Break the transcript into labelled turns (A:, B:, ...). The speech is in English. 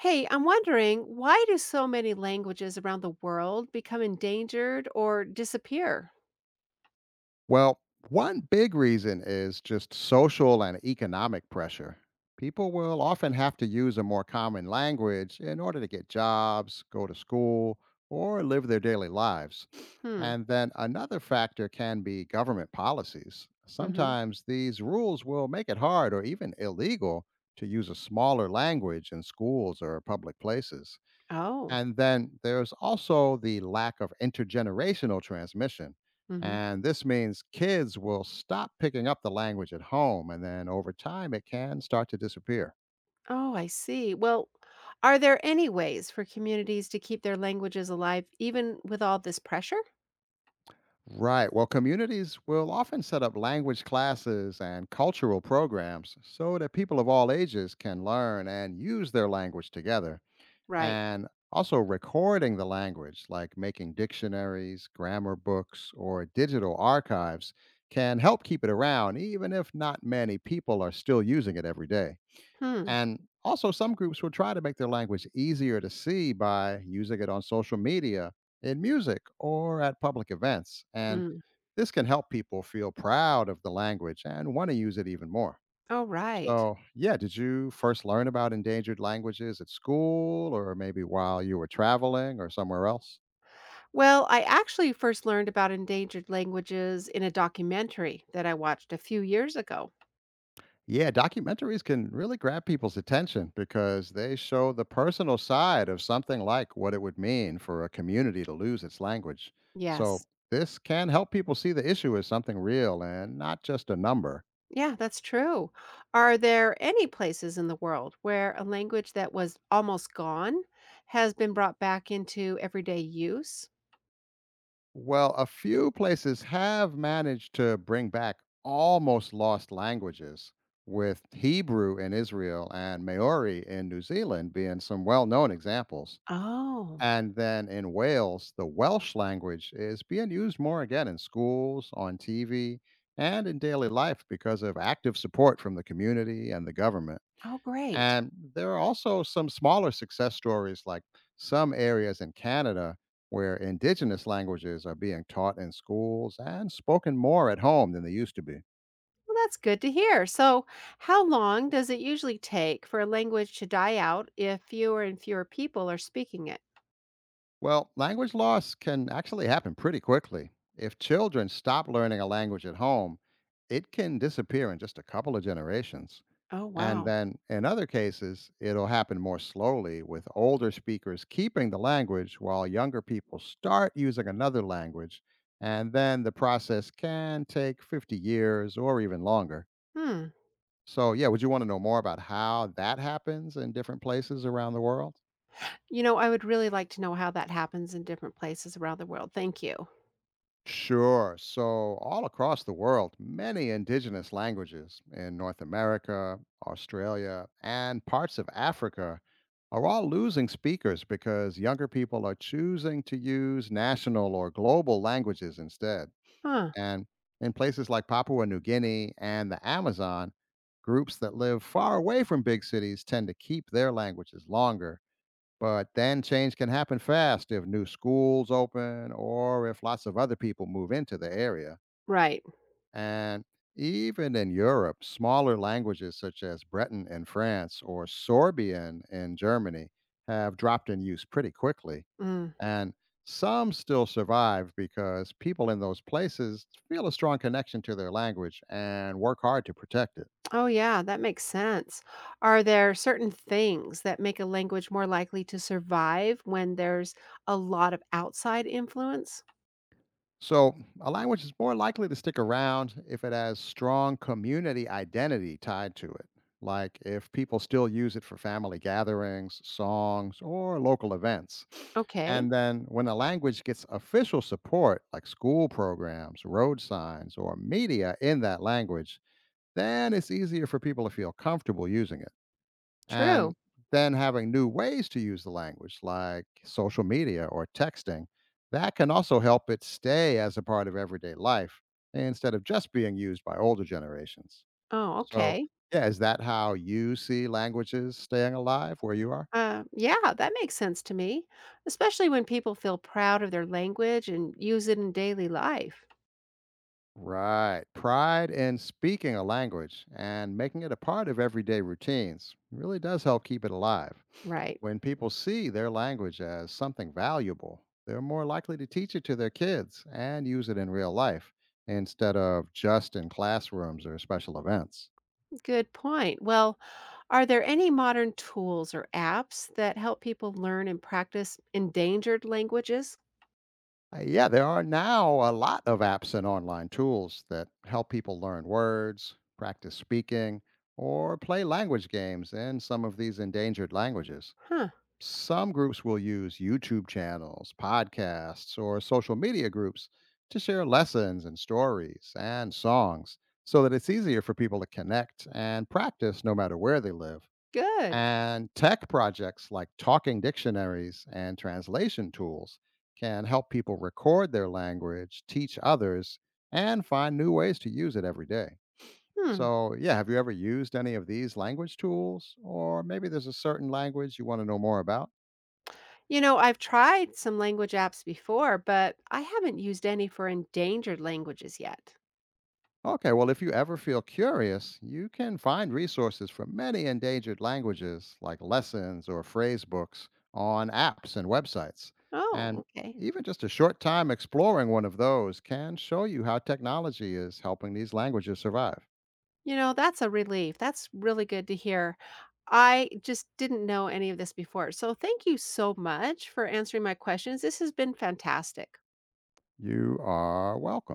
A: Hey, I'm wondering, why do so many languages around the world become endangered or disappear?
B: Well, one big reason is just social and economic pressure. People will often have to use a more common language in order to get jobs, go to school, or live their daily lives.
A: Hmm.
B: And then another factor can be government policies.
A: Mm-hmm.
B: Sometimes these rules will make it hard or even illegal to use a smaller language in schools or public places.
A: Oh.
B: And then there's also the lack of intergenerational transmission.
A: Mm-hmm.
B: And this means kids will stop picking up the language at home, and then over time, it can start to disappear.
A: Oh, I see. Well, are there any ways for communities to keep their languages alive even with all this pressure?
B: Right. Well, communities will often set up language classes and cultural programs so that people of all ages can learn and use their language together.
A: Right.
B: And also recording the language, like making dictionaries, grammar books, or digital archives, can help keep it around, even if not many people are still using it every day.
A: Hmm.
B: And also, some groups will try to make their language easier to see by using it on social media, in music, or at public events. And
A: Mm.
B: this can help people feel proud of the language and want to use it even more.
A: Oh, right.
B: So, yeah, did you first learn about endangered languages at school or maybe while you were traveling or somewhere else?
A: Well, I actually first learned about endangered languages in a documentary that I watched a few years ago.
B: Yeah, documentaries can really grab people's attention because they show the personal side of something like what it would mean for a community to lose its language. So,
A: Yes.
B: this can help people see the issue as something real and not just a number.
A: Yeah, that's true. Are there any places in the world where a language that was almost gone has been brought back into everyday use?
B: Well, a few places have managed to bring back almost lost languages, with Hebrew in Israel and Maori in New Zealand being some well known examples.
A: Oh,
B: And then in Wales, the Welsh language is being used more again in schools, on TV, and in daily life because of active support from the community and the government.
A: oh, great.
B: And there are also some smaller success stories, like some areas in Canada where Indigenous languages are being taught in schools and spoken more at home than they used to be.
A: Well, that's good to hear. So, how long does it usually take for a language to die out if fewer and fewer people are speaking it?
B: Well, language loss can actually happen pretty quickly. If children stop learning a language at home, it can disappear in just a couple of generations.
A: Oh,
B: And
A: wow.
B: then in other cases, it'll happen more slowly with older speakers keeping the language while younger people start using another language. And then the process can take 50 years or even longer.
A: Hmm.
B: So, yeah, would you want to know more about how that happens in different places around the world?
A: You know, I would really like to know how that happens in different places around the world. Thank you.
B: Sure. So, all across the world, many indigenous languages in North America, Australia, and parts of Africa are all losing speakers because younger people are choosing to use national or global languages instead.
A: Huh.
B: And in places like Papua New Guinea and the Amazon, groups that live far away from big cities tend to keep their languages longer but then change can happen fast if new schools open or if lots of other people move into the area.
A: Right.
B: And even in Europe, smaller languages such as Breton in France or Sorbian in Germany have dropped in use pretty quickly.
A: Mm.
B: And some still survive because people in those places feel a strong connection to their language and work hard to protect it.
A: Oh, yeah, that makes sense. Are there certain things that make a language more likely to survive when there's a lot of outside influence?
B: So, a language is more likely to stick around if it has strong community identity tied to it, like if people still use it for family gatherings, songs, or local events.
A: Okay,
B: And then, when a language gets official support, like school programs, road signs, or media in that language, then it's easier for people to feel comfortable using it. And
A: true.
B: then having new ways to use the language, like social media or texting, that can also help it stay as a part of everyday life instead of just being used by older generations.
A: Oh,
B: So,
A: okay.
B: yeah, is that how you see languages staying alive where you are?
A: Yeah, that makes sense to me, especially when people feel proud of their language and use it in daily life.
B: Right. Pride in speaking a language and making it a part of everyday routines really does help keep it alive.
A: Right.
B: When people see their language as something valuable, they're more likely to teach it to their kids and use it in real life instead of just in classrooms or special events.
A: Good point. Well, are there any modern tools or apps that help people learn and practice endangered languages?
B: Yeah, there are now a lot of apps and online tools that help people learn words, practice speaking, or play language games in some of these endangered languages.
A: Huh,
B: Some groups will use YouTube channels, podcasts, or social media groups to share lessons and stories and songs so that it's easier for people to connect and practice no matter where they live.
A: good.
B: And tech projects like talking dictionaries and translation tools can help people record their language, teach others, and find new ways to use it every day.
A: Hmm.
B: So, yeah, have you ever used any of these language tools? Or maybe there's a certain language you want to know more about?
A: You know, I've tried some language apps before, but I haven't used any for endangered languages yet.
B: Okay, well, if you ever feel curious, you can find resources for many endangered languages like lessons or phrase books on apps and websites.
A: Oh,
B: And
A: okay.
B: even just a short time exploring one of those can show you how technology is helping these languages survive.
A: You know, that's a relief. That's really good to hear. I just didn't know any of this before. So, thank you so much for answering my questions. This has been fantastic.
B: You are welcome.